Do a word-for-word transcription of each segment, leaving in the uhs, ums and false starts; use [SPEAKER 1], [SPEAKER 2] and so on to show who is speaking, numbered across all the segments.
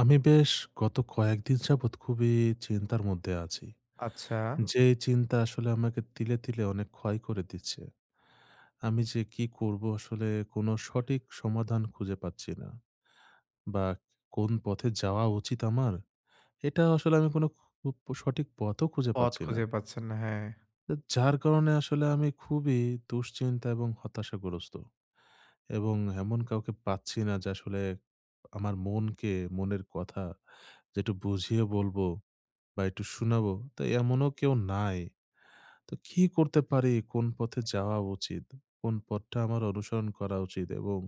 [SPEAKER 1] আমি বেশ গত কয়েকদিন যাবৎ খুবই চিন্তার মধ্যে আছি।
[SPEAKER 2] আচ্ছা,
[SPEAKER 1] যে এই চিন্তা আসলে আমাকে তিলে, তিলে অনেক ক্ষয় করে দিচ্ছে। আমি যে কি করব আসলে কোনো সঠিক সমাধান খুঁজে পাচ্ছি না। বা কোন পথে যাওয়া উচিত আমার? এটা আসলে আমি কোনো খু সঠিক পথও খুঁজে
[SPEAKER 2] পথ
[SPEAKER 1] পাচ্ছি না।
[SPEAKER 2] খুঁজে পাচ্ছেন না। হ্যাঁ।
[SPEAKER 1] তো যার কারণে আসলে আমি খুবই দুশ্চিন্তা এবং হতাশাগ্রস্ত। এবং এমন কাউকে পাচ্ছি না যে আসলে আমার মনকে, মনের কথা যে একটু বুঝিয়ে বলবো। বা একটু শোনাবো, তো এমনও কেউ নাই। তো কি করতে পারি? কোন পথে যাওয়া উচিত? কোন পথটা আমার অনুসরণ করা উচিত? এবং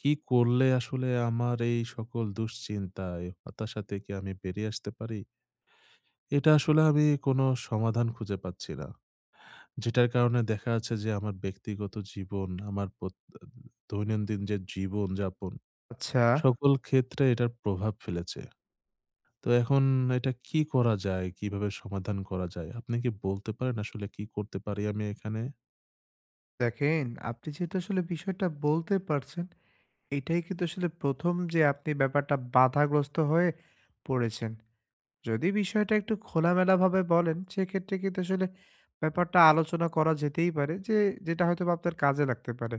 [SPEAKER 1] কি করলে আসলে আমার এই সকল দুশ্চিন্তা, এই হতাশা থেকে আমি বেরিয়ে আসতে পারি? এটা আসলে আমি কোনো সমাধান খুঁজে পাচ্ছি না। যেটার কারণে দেখা যাচ্ছে যে আমার ব্যক্তিগত জীবন, আমার পত দৈনন্দিন যে জীবনযাপন
[SPEAKER 2] আচ্ছা,
[SPEAKER 1] সকল ক্ষেত্রে এটার প্রভাব ফেলেছে। তো এখন এটা কি করা যায়? কিভাবে সমাধান করা যায়? আপনি কি বলতে পারেন আসলে কি করতে পারি আমি এখানে?
[SPEAKER 2] দেখেন আপনি যেহেতু আসলে বিষয়টা বলতে পারছেন, এটাই কিন্তু আসলে প্রথম যে আপনি ব্যাপারটা বাধাগ্রস্ত হয়ে পড়েছেন। যদি বিষয়টা একটু খোলামেলাভাবে বলেন, সেক্ষেত্রে কিন্তু আসলে ব্যাপারটা আলোচনা করা যেতেই পারে যে, যেটা হয়তোবা আপনার কাজে লাগতে পারে।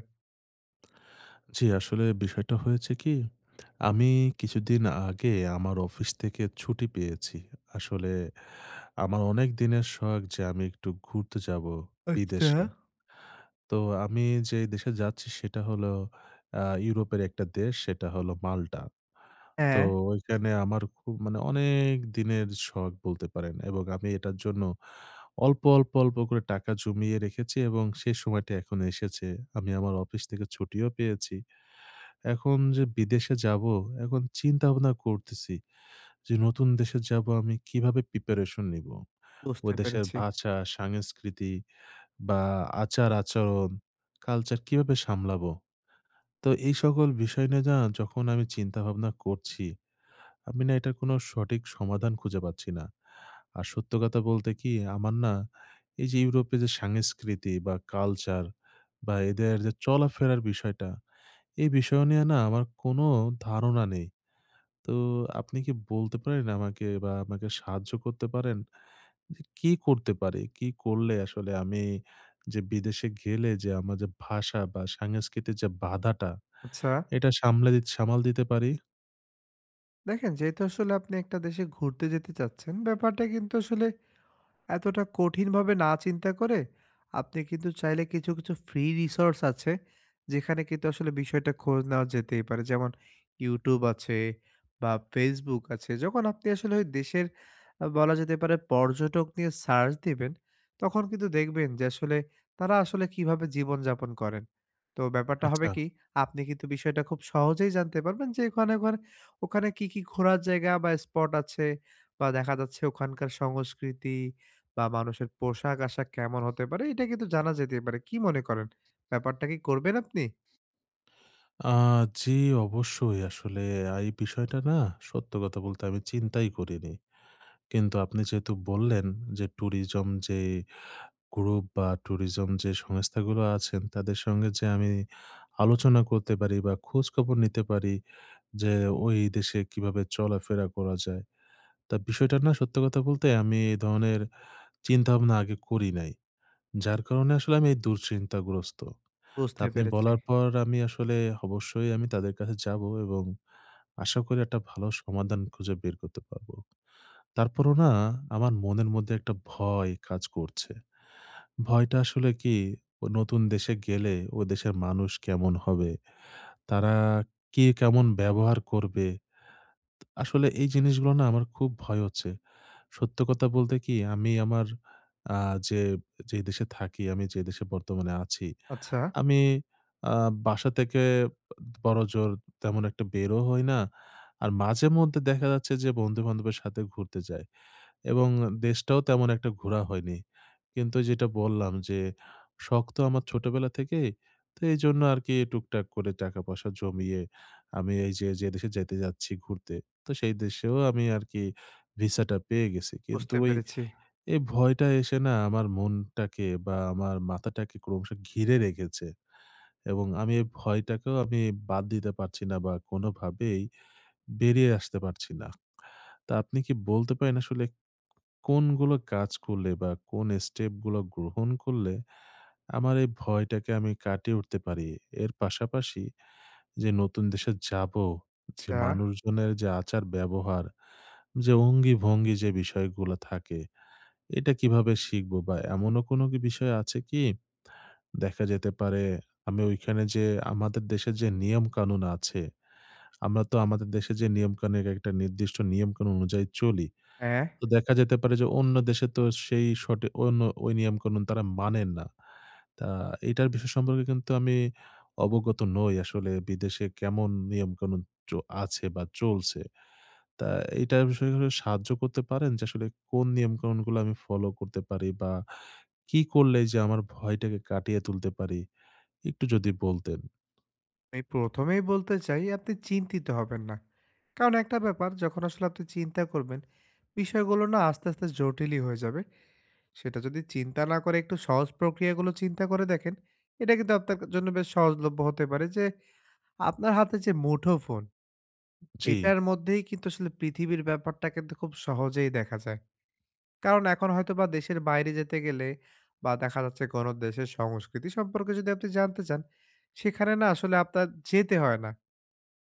[SPEAKER 1] জি, আসলে বিষয়টা হয়েছে কি? আমি কিছুদিন আগে আমার অফিস থেকে ছুটি পেয়েছি। আসলে আমার অনেক দিনের শখ যে আমি একটু ঘুরতে যাবো
[SPEAKER 2] আচ্ছা।
[SPEAKER 1] বিদেশে। তো আমি যে দেশে যাচ্ছি সেটা হলো আ ইউরোপের একটা দেশ, সেটা হলো মাল্টা। তো
[SPEAKER 2] হ্যাঁ,
[SPEAKER 1] ওইখানে আমার খুব মানে অনেক দিনের শখ বলতে পারেন, এবং আমি এটার জন্য অল্প, অল্প, অল্প করে টাকা জমিয়ে রেখেছি এবং সেই সময়টা এখন এসেছে। আমি আমার অফিস থেকে ছুটিও পেয়েছি। এখন যে বিদেশে যাবো, এখন চিন্তা-ভাবনা করতেছি যে নতুন দেশে যাবো আমি কিভাবে প্রিপারেশন নিবো?
[SPEAKER 2] বুঝতে
[SPEAKER 1] ওই দেশের
[SPEAKER 2] পেরেছি।
[SPEAKER 1] ভাষা, সংস্কৃতি বা আচার-আচরণ, কালচার কিভাবে সামলাবো? তো এই সকল বিষয় নিয়ে না যখন আমি চিন্তাভাবনা করছি, আমি না এটার কোনো সঠিক সমাধান খুঁজে পাচ্ছি না। আর সত্য কথা বলতে কি আমার না এই যে ইউরোপে যে সংস্কৃতি বা কালচার বা এদের যে চলাফেরার বিষয়টা, এই বিষয় নিয়ে না আমার কোনো ধারণা নেই। তো আপনি কি বলতে পারেন আমাকে বা আমাকে সাহায্য করতে পারেন? কি করতে পারি? কি করলে আসলে আমি যে বিদেশে গেলে যে আমার যে ভাষা বা সাংস্কৃতিক যে বাধাটা,
[SPEAKER 2] আচ্ছা,
[SPEAKER 1] এটা সামলে দি সামাল দিতে পারি?
[SPEAKER 2] দেখেন যেহেতু আসলে আপনি একটা দেশে ঘুরতে যেতে চাচ্ছেন, ব্যাপারটা কিন্তু আসলে এতটা কঠিনভাবে না চিন্তা করে আপনি কিন্তু চাইলে কিছু, কিছু ফ্রি রিসোর্স আছে, যেখানে কিন্তু আসলে বিষয়টা খোঁজ নেওয়া যেতেই পারে। যেমন YouTube আছে বা Facebook আছে। যখন আপনি আসলে ওই দেশের আ বলা যেতে পারে পর্যটক নিয়ে সার্চ দিবেন, তখন কিন্তু দেখবেন যে আসলে তারা আসলে কিভাবে জীবনযাপন করেন। তো ব্যাপারটা হবে
[SPEAKER 1] আচ্ছা।
[SPEAKER 2] কি, আপনি কিন্তু বিষয়টা খুব সহজেই জানতে পারবেন যে ওখানে, ওখানে, ওখানে কি, কি ঘোরার জায়গা বা স্পট আছে বা দেখা যাচ্ছে ওখানকার সংস্কৃতি বা মানুষের পোশাক-আশাক কেমন হতে পারে এটা কিন্তু জানা যেতেই পারে। কি মনে করেন? ব্যাপারটা কি করবেন আপনি?
[SPEAKER 1] আ জি, অবশ্যই আসলে আ এই বিষয়টা না সত্য কথা বলতে আমি চিন্তাই করিনি। কিন্তু আপনি যেহেতু বললেন যে ট্যুরিজম যে গ্রুপ বা ট্যুরিজম যে সংস্থাগুলো আছেন তাদের সঙ্গে যে আমি আলোচনা করতে পারি বা খোঁজখবর নিতে পারি যে ওই দেশে কিভাবে চলাফেরা করা যায়। তা বিষয়টা না সত্য কথা বলতে আমি এই ধরনের চিন্তাভাবনা আগে করি নাই। যার কারণে আসলে আমি এই দুশ্চিন্তাগ্রস্ত। তা
[SPEAKER 2] বুঝতে
[SPEAKER 1] আপনি
[SPEAKER 2] পেরেছি।
[SPEAKER 1] বলার পর আমি আসলে অবশ্যই আমি তাদের কাছে যাব এবং আশা করি একটা ভালো সমাধান খুঁজে বের করতে পারবো। তারপরও না আমার মনের মধ্যে একটা ভয় কাজ করছে। ভয়টা আসলে কি, ও নতুন দেশে গেলে ও দেশের মানুষ কেমন হবে? তারা কি কেমন ব্যবহার করবে? আসলে এই জিনিসগুলো না আমার খুব ভয় হচ্ছে। সত্য কথা বলতে কি আমি আমার আ যে, যে দেশে থাকি, আমি যে দেশে বর্তমানে আছি,
[SPEAKER 2] আচ্ছা,
[SPEAKER 1] আমি আ বাসা থেকে বড়জোর তেমন একটা বেরও হই না। আর মাঝে মধ্যে দেখা যাচ্ছে যে বন্ধু-বান্ধবের সাথে ঘুরতে যাই। এবং দেশটাও তেমন একটা ঘোরা হয়নি। কিন্তু যেটা বললাম যে, শখ তো আমার ছোটবেলা থেকেই। তো এইজন্য আরকি টুকটাক করে টাকা-পয়সা জমিয়ে আমি এই যে, যে দেশে যেতে যাচ্ছি ঘুরতে, তো সেই দেশেও আমি আরকি ভিসাটা পেয়ে গেছি। কিন্তু
[SPEAKER 2] বুঝতে
[SPEAKER 1] ওই
[SPEAKER 2] পেরেছি।
[SPEAKER 1] এই ভয়টা এসে না আমার মনটাকে বা আমার মাথাটাকে ক্রমশ ঘিরে রেখেছে। এবং আমি এই ভয়টাকেও আমি বাদ দিতে পারছি না বা কোনোভাবেই বেরিয়ে আসতে পারছি না। তা আপনি কি বলতে পারেন আসলে কোনগুলো কাজ করলে বা কোন স্টেপগুলো গ্রহণ করলে আমার এই ভয়টাকে আমি কাটিয়ে উঠতে পারি? এর পাশাপাশি যে নতুন দেশে যাবো, যে
[SPEAKER 2] আচ্ছা,
[SPEAKER 1] মানুষজনের যে আচার-ব্যবহার, যে অঙ্গি-ভঙ্গি যে বিষয়গুলো থাকে, এটা কিভাবে শিখবো? বা এমনও কোনো কি বিষয় আছে কি? দেখা যেতে পারে আমি ওইখানে যে আমাদের দেশের যে নিয়ম-কানুন আছে, আমরা তো আমাদের দেশে যে নিয়ম-কানুনের একটা নির্দিষ্ট নিয়ম-কানুন অনুযায়ী চলি।
[SPEAKER 2] হ্যাঁ,
[SPEAKER 1] তো দেখা যেতে পারে যে অন্য দেশে তো সেই সঠি অন্য ওই নিয়ম-কানুন তারা মানেন না। তা এটার বিষয় সম্পর্কে কিন্তু আমি অবগত নই আসলে বিদেশে কেমন নিয়ম-কানুন চ আছে বা চলছে। তা এইটার বিষয়ে করে সাহায্য করতে পারেন যে আসলে কোন নিয়ম-কানুনগুলো আমি ফলো করতে পারি বা কি করলে যে আমার ভয়টাকে কাটিয়ে তুলতে পারি? একটু যদি বলতেন।
[SPEAKER 2] আমি প্রথমে এই বলতে চাই আপনি চিন্তিত হবেন না। কারণ একটা ব্যাপার যখন আসলে আপনি চিন্তা করবেন, বিষয়গুলো না আস্তে, আস্তে জটিলই হয়ে যাবে। সেটা যদি চিন্তা না করে একটু সহজ প্রক্রিয়াগুলো চিন্তা করে দেখেন, এটা কিন্তু আপনার জন্য বেশ সহজলভ্য হতে পারে যে আপনার হাতে যে মুঠোফোন
[SPEAKER 1] জি,
[SPEAKER 2] এটার মধ্যেই কিন্তু আসলে পৃথিবীর ব্যাপারটা কিন্তু খুব সহজেই দেখা যায়। কারণ এখন হয়তোবা দেশের বাইরে যেতে গেলে বা দেখা যাচ্ছে কোনো দেশের সংস্কৃতি সম্পর্কে যদি আপনি জানতে চান, সেখানে না আসলে আপনার যেতে হয় না।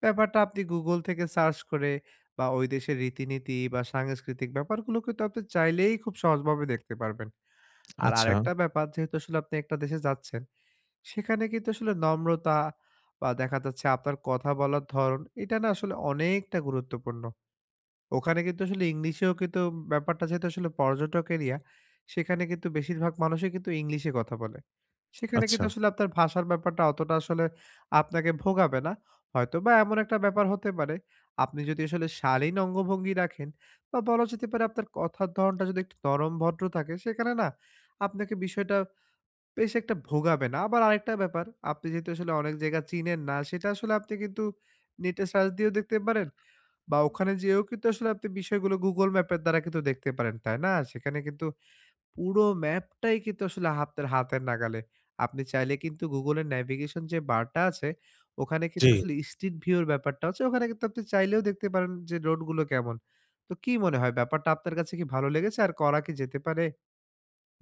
[SPEAKER 2] ব্যাপারটা আপনি Google থেকে সার্চ করে বা ওই দেশের রীতিনীতি বা সাংস্কৃতিক ব্যাপারগুলো কিন্তু আপনি চাইলেই খুব সহজভাবে দেখতে পারবেন। আর
[SPEAKER 1] আচ্ছা,
[SPEAKER 2] আরেকটা ব্যাপার যেহেতু আসলে আপনি একটা দেশে যাচ্ছেন, সেখানে কিন্তু আসলে নম্রতা বা দেখা যাচ্ছে আপনার কথা বলার ধরন, এটা না আসলে অনেকটা গুরুত্বপূর্ণ। ওখানে কিন্তু আসলে ইংলিশেও কিন্তু ব্যাপারটা যেহেতু আসলে পর্যটক এরিয়া, সেখানে কিন্তু বেশিরভাগ মানুষই কিন্তু ইংলিশে কথা বলে। সেখানে কিন্তু
[SPEAKER 1] আচ্ছা।
[SPEAKER 2] আসলে আপনার ভাষার ব্যাপারটা অতটা আসলে আপনাকে ভোগাবে না। হয়তোবা এমন একটা ব্যাপার হতে পারে, আপনি যদি আসলে শালীন অঙ্গভঙ্গি রাখেন বা বলা যেতে পারে আপনার কথার ধরণটা যদি একটু নরম ভদ্র থাকে, সেখানে না আপনাকে বিষয়টা বেশ একটা ভোগাবে না। আবার আরেকটা ব্যাপার, আপনি যেহেতু আসলে অনেক জায়গা চিনেন না, সেটা আসলে আপনি কিন্তু নেটে সার্চ দিয়েও দেখতে পারেন বা ওখানে যেয়েও কিন্তু আসলে আপনি বিষয়গুলো Google ম্যাপের দ্বারা কিন্তু দেখতে পারেন, তাই না? সেখানে কিন্তু পুরো ম্যাপটাই কিন্তু আসলে আপনার হাতের নাগালে। আপনি চাইলে কিন্তু Google এর ন্যাভিগেশন যে বারটা আছে, ওখানে কিন্তু
[SPEAKER 1] জি।
[SPEAKER 2] আসলে স্ট্রিট ভিউ এর ব্যাপারটা আছে। ওখানে কিন্তু আপনি চাইলেও দেখতে পারেন যে রোডগুলো কেমন। তো কি মনে হয় ব্যাপারটা আপনার কাছে কি ভালো লেগেছে আর করা কি যেতে পারে?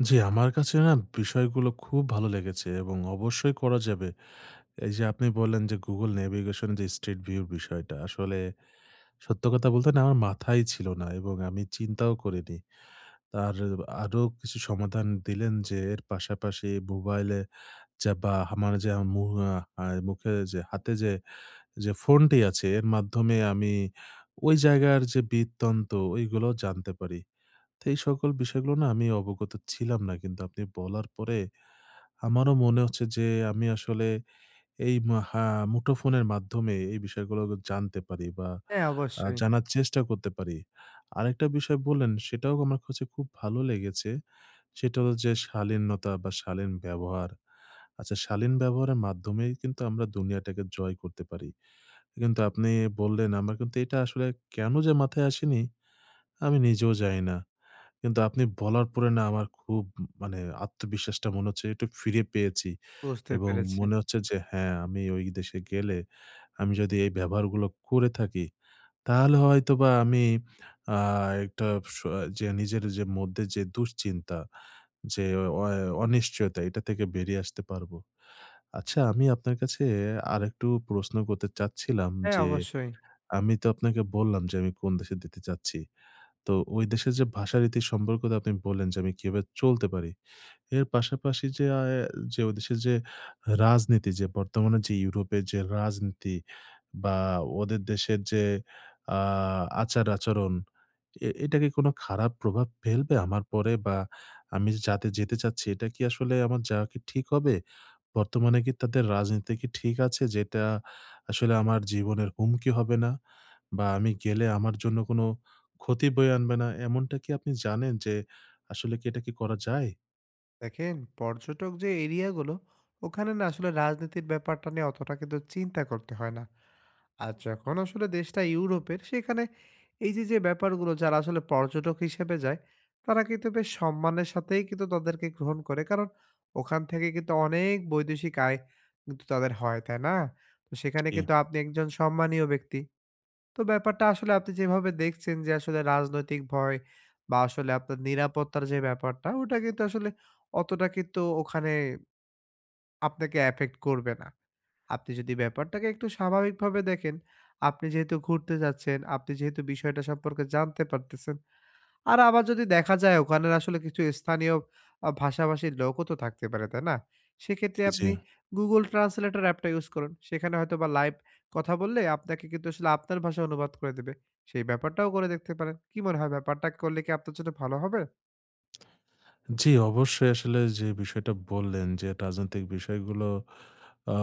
[SPEAKER 1] জি, আমার কাছে না বিষয়গুলো খুব ভালো লেগেছে এবং অবশ্যই করা যাবে। এই যে আপনি বললেন যে Google Navigation যে Street View এর বিষয়টা আসলে সত্য কথা বলতে না আমার মাথায় ছিল না, এবং আমি চিন্তাও করিনি। আর আরো কিছু সমাধান দিলেন যে এর পাশাপাশি মোবাইলে যা বা আমার যে মু আ মুখে যে হাতে যে, যে ফোনটি আছে এর মাধ্যমে আমি ওই জায়গার যে বৃত্তান্ত ওইগুলোও জানতে পারি। তো এই সকল বিষয়গুলো না আমি অবগত ছিলাম না। কিন্তু আপনি বলার পরে আমারও মনে হচ্ছে যে আমি আসলে এই মা হা মুঠোফোনের মাধ্যমে এই বিষয়গুলো জানতে পারি বা
[SPEAKER 2] হ্যাঁ,
[SPEAKER 1] আ
[SPEAKER 2] অবশ্যই।
[SPEAKER 1] জানার চেষ্টা করতে পারি। আরেকটা বিষয় বললেন সেটাও আমার কাছে খুব ভালো লেগেছে। সেটা হলো যে শালীনতা বা শালীন ব্যবহার। আচ্ছা, শালীন ব্যবহারের মাধ্যমেই কিন্তু আমরা দুনিয়াটাকে জয় করতে পারি। কিন্তু আপনি বললেন, আমার কিন্তু এটা আসলে কেন যে মাথায় আসেনি আমি নিজেও জানি না। কিন্তু আপনি বলার পরে না আমার খুব মানে আত্মবিশ্বাসটা মনে হচ্ছে একটু ফিরে পেয়েছি,
[SPEAKER 2] বুঝতে
[SPEAKER 1] এবং
[SPEAKER 2] পেরেছি।
[SPEAKER 1] মনে হচ্ছে যে হ্যাঁ, আমি ওই দেশে গেলে আমি যদি এই ব্যবহারগুলো করে থাকি, তাহলে হয়তোবা আমি আ একটা স যে নিজের যে মধ্যে যে দুশ্চিন্তা, যে অ অনিশ্চয়তা এটা থেকে বেরিয়ে আসতে পারবো। আচ্ছা, আমি আপনার কাছে আরেকটু প্রশ্ন করতে চাচ্ছিলাম
[SPEAKER 2] হ্যাঁ,
[SPEAKER 1] যে,
[SPEAKER 2] অবশ্যই।
[SPEAKER 1] আমি তো আপনাকে বললাম যে আমি কোন দেশে দিতে চাচ্ছি। তো ওই দেশের যে ভাষারীতির সম্পর্কটা আপনি বললেন যে আমি কিভাবে চলতে পারি। এর পাশাপাশি যে আ যে ওদেশের যে রাজনীতি যে বর্তমানে যে ইউরোপের যে রাজনীতি বা ওদের দেশের যে আ আচার-আচরণ এ এটা কি কোনো খারাপ প্রভাব ফেলবে আমার পরে? বা আমি যাতে যেতে চাচ্ছি এটা কি আসলে আমার যাওয়া কি ঠিক হবে? বর্তমানে কি তাদের রাজনীতি কি ঠিক আছে, যেটা আসলে আমার জীবনের হুমকি হবে না? বা আমি গেলে আমার জন্য কোনো ক্ষতি বয়ে আনবে না? এমনটা কি আপনি জানেন যে আসলে কি এটা কি করা যায়?
[SPEAKER 2] দেখেন পর্যটক যে এরিয়াগুলো, ওখানে না আসলে রাজনীতির ব্যাপারটা নিয়ে অতটা কিন্তু চিন্তা করতে হয় না। আর যখন আসলে দেশটা ইউরোপের, সেখানে এই যে, যে ব্যাপারগুলো যারা আসলে পর্যটক হিসেবে যায়, তারা কিন্তু বেশ সম্মানের সাথেই কিন্তু তাদেরকে গ্রহণ করে। কারণ ওখান থেকে কিন্তু অনেক বৈদেশিক আয় কিন্তু তাদের হয়, তাই না? তো সেখানে
[SPEAKER 1] জি।
[SPEAKER 2] কিন্তু আপনি একজন সম্মানীয় ব্যক্তি। তো ব্যাপারটা আসলে আপনি যেভাবে দেখছেন যে আসলে রাজনৈতিক ভয় বা আসলে আপনার নিরাপত্তার যে ব্যাপারটা ওটা কিন্তু আসলে অতটা কিন্তু ওখানে আপনাকে এফেক্ট করবে না। আপনি যদি ব্যাপারটাকে একটু স্বাভাবিকভাবে দেখেন, আপনি যেহেতু ঘুরতে যাচ্ছেন, আপনি যেহেতু বিষয়টা সম্পর্কে জানতে পারতেছেন আর আবার যদি দেখা যায় ওখানের আসলে কিছু স্থানীয় আ ভাষাভাষীর লোকও তো থাকতে পারে, তাই না? সেক্ষেত্রে
[SPEAKER 1] জি,
[SPEAKER 2] আপনি Google Translator অ্যাপটা ইউজ করুন। সেখানে হয়তোবা লাইভ কথা বললে আপনাকে কিন্তু আসলে আপনার ভাষায় অনুবাদ করে দেবে। সেই ব্যাপারটাও করে দেখতে পারেন। কি মনে হয় ব্যাপারটা করলে কি আপনার জন্য ভালো হবে?
[SPEAKER 1] জি, অবশ্যই আসলে যে বিষয়টা বললেন যে রাজনৈতিক বিষয়গুলো আ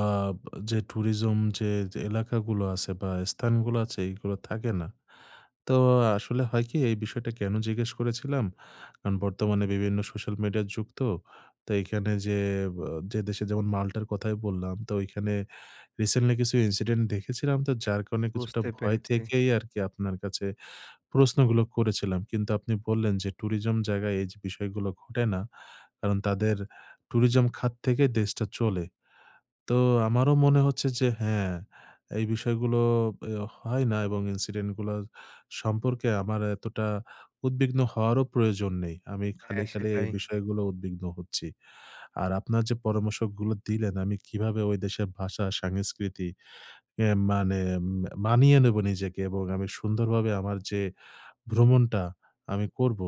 [SPEAKER 1] যে ট্যুরিজম যে যে এলাকাগুলো আছে বা স্থানগুলো আছে এইগুলো থাকে না। তো আসলে হয় কি, এই বিষয়টা কেন জিজ্ঞেস করেছিলাম? কারণ বর্তমানে বিভিন্ন সোশ্যাল মিডিয়ার যুগ তো। তো এইখানে যে বা যে দেশে যেমন মাল্টার কথাই বললাম, তো ওইখানে রিসেন্টলি কিছু ইনসিডেন্ট দেখেছিলাম, তো যার কারণে কিছুটা
[SPEAKER 2] বুঝতে
[SPEAKER 1] ভয়
[SPEAKER 2] পেরেছি।
[SPEAKER 1] থেকেই আরকি আপনার কাছে প্রশ্নগুলো করেছিলাম। কিন্তু আপনি বললেন যে ট্যুরিজম জায়গায় এই যে বিষয়গুলো ঘটে না। কারণ তাদের ট্যুরিজম খাত থেকে দেশটা চলে। তো আমারও মনে হচ্ছে যে হ্যাঁ, এই বিষয়গুলো এ হয় না, এবং ইনসিডেন্ট গুলো সম্পর্কে আমার এতটা উদ্বিগ্ন হওয়ারও প্রয়োজন নেই। আমি খালি,
[SPEAKER 2] হ্যাঁ,
[SPEAKER 1] খালি এই
[SPEAKER 2] সেটাই।
[SPEAKER 1] বিষয়গুলো উদ্বিগ্ন হচ্ছি। আর আপনার যে পরামর্শগুলো দিলেন আমি কিভাবে ওই দেশের ভাষা, সংস্কৃতি এ মানে উম, মানিয়ে নেব নিজেকে এবং আমি সুন্দরভাবে আমার যে ভ্রমণটা আমি করবো।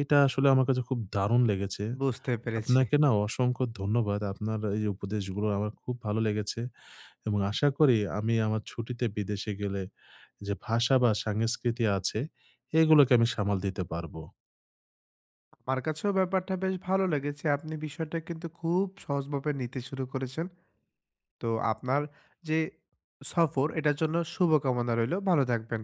[SPEAKER 1] এটা আসলে আমার কাছে খুব দারুণ লেগেছে।
[SPEAKER 2] বুঝতে পেরেছি।
[SPEAKER 1] আপনাকে না অসংখ্য ধন্যবাদ। আপনার এই উপদেশগুলো আমার খুব ভালো লেগেছে এবং আশা করি আমি আমার ছুটিতে বিদেশে গেলে যে ভাষা বা সংস্কৃতি আছে, এগুলোকে আমি সামাল দিতে পারবো।
[SPEAKER 2] আমার কাছেও ব্যাপারটা বেশ ভালো লেগেছে। আপনি বিষয়টা কিন্তু খুব সহজভাবে নিতে শুরু করেছেন। তো আপনার যে সফর এটার জন্য শুভকামনা রইলো। ভালো থাকবেন।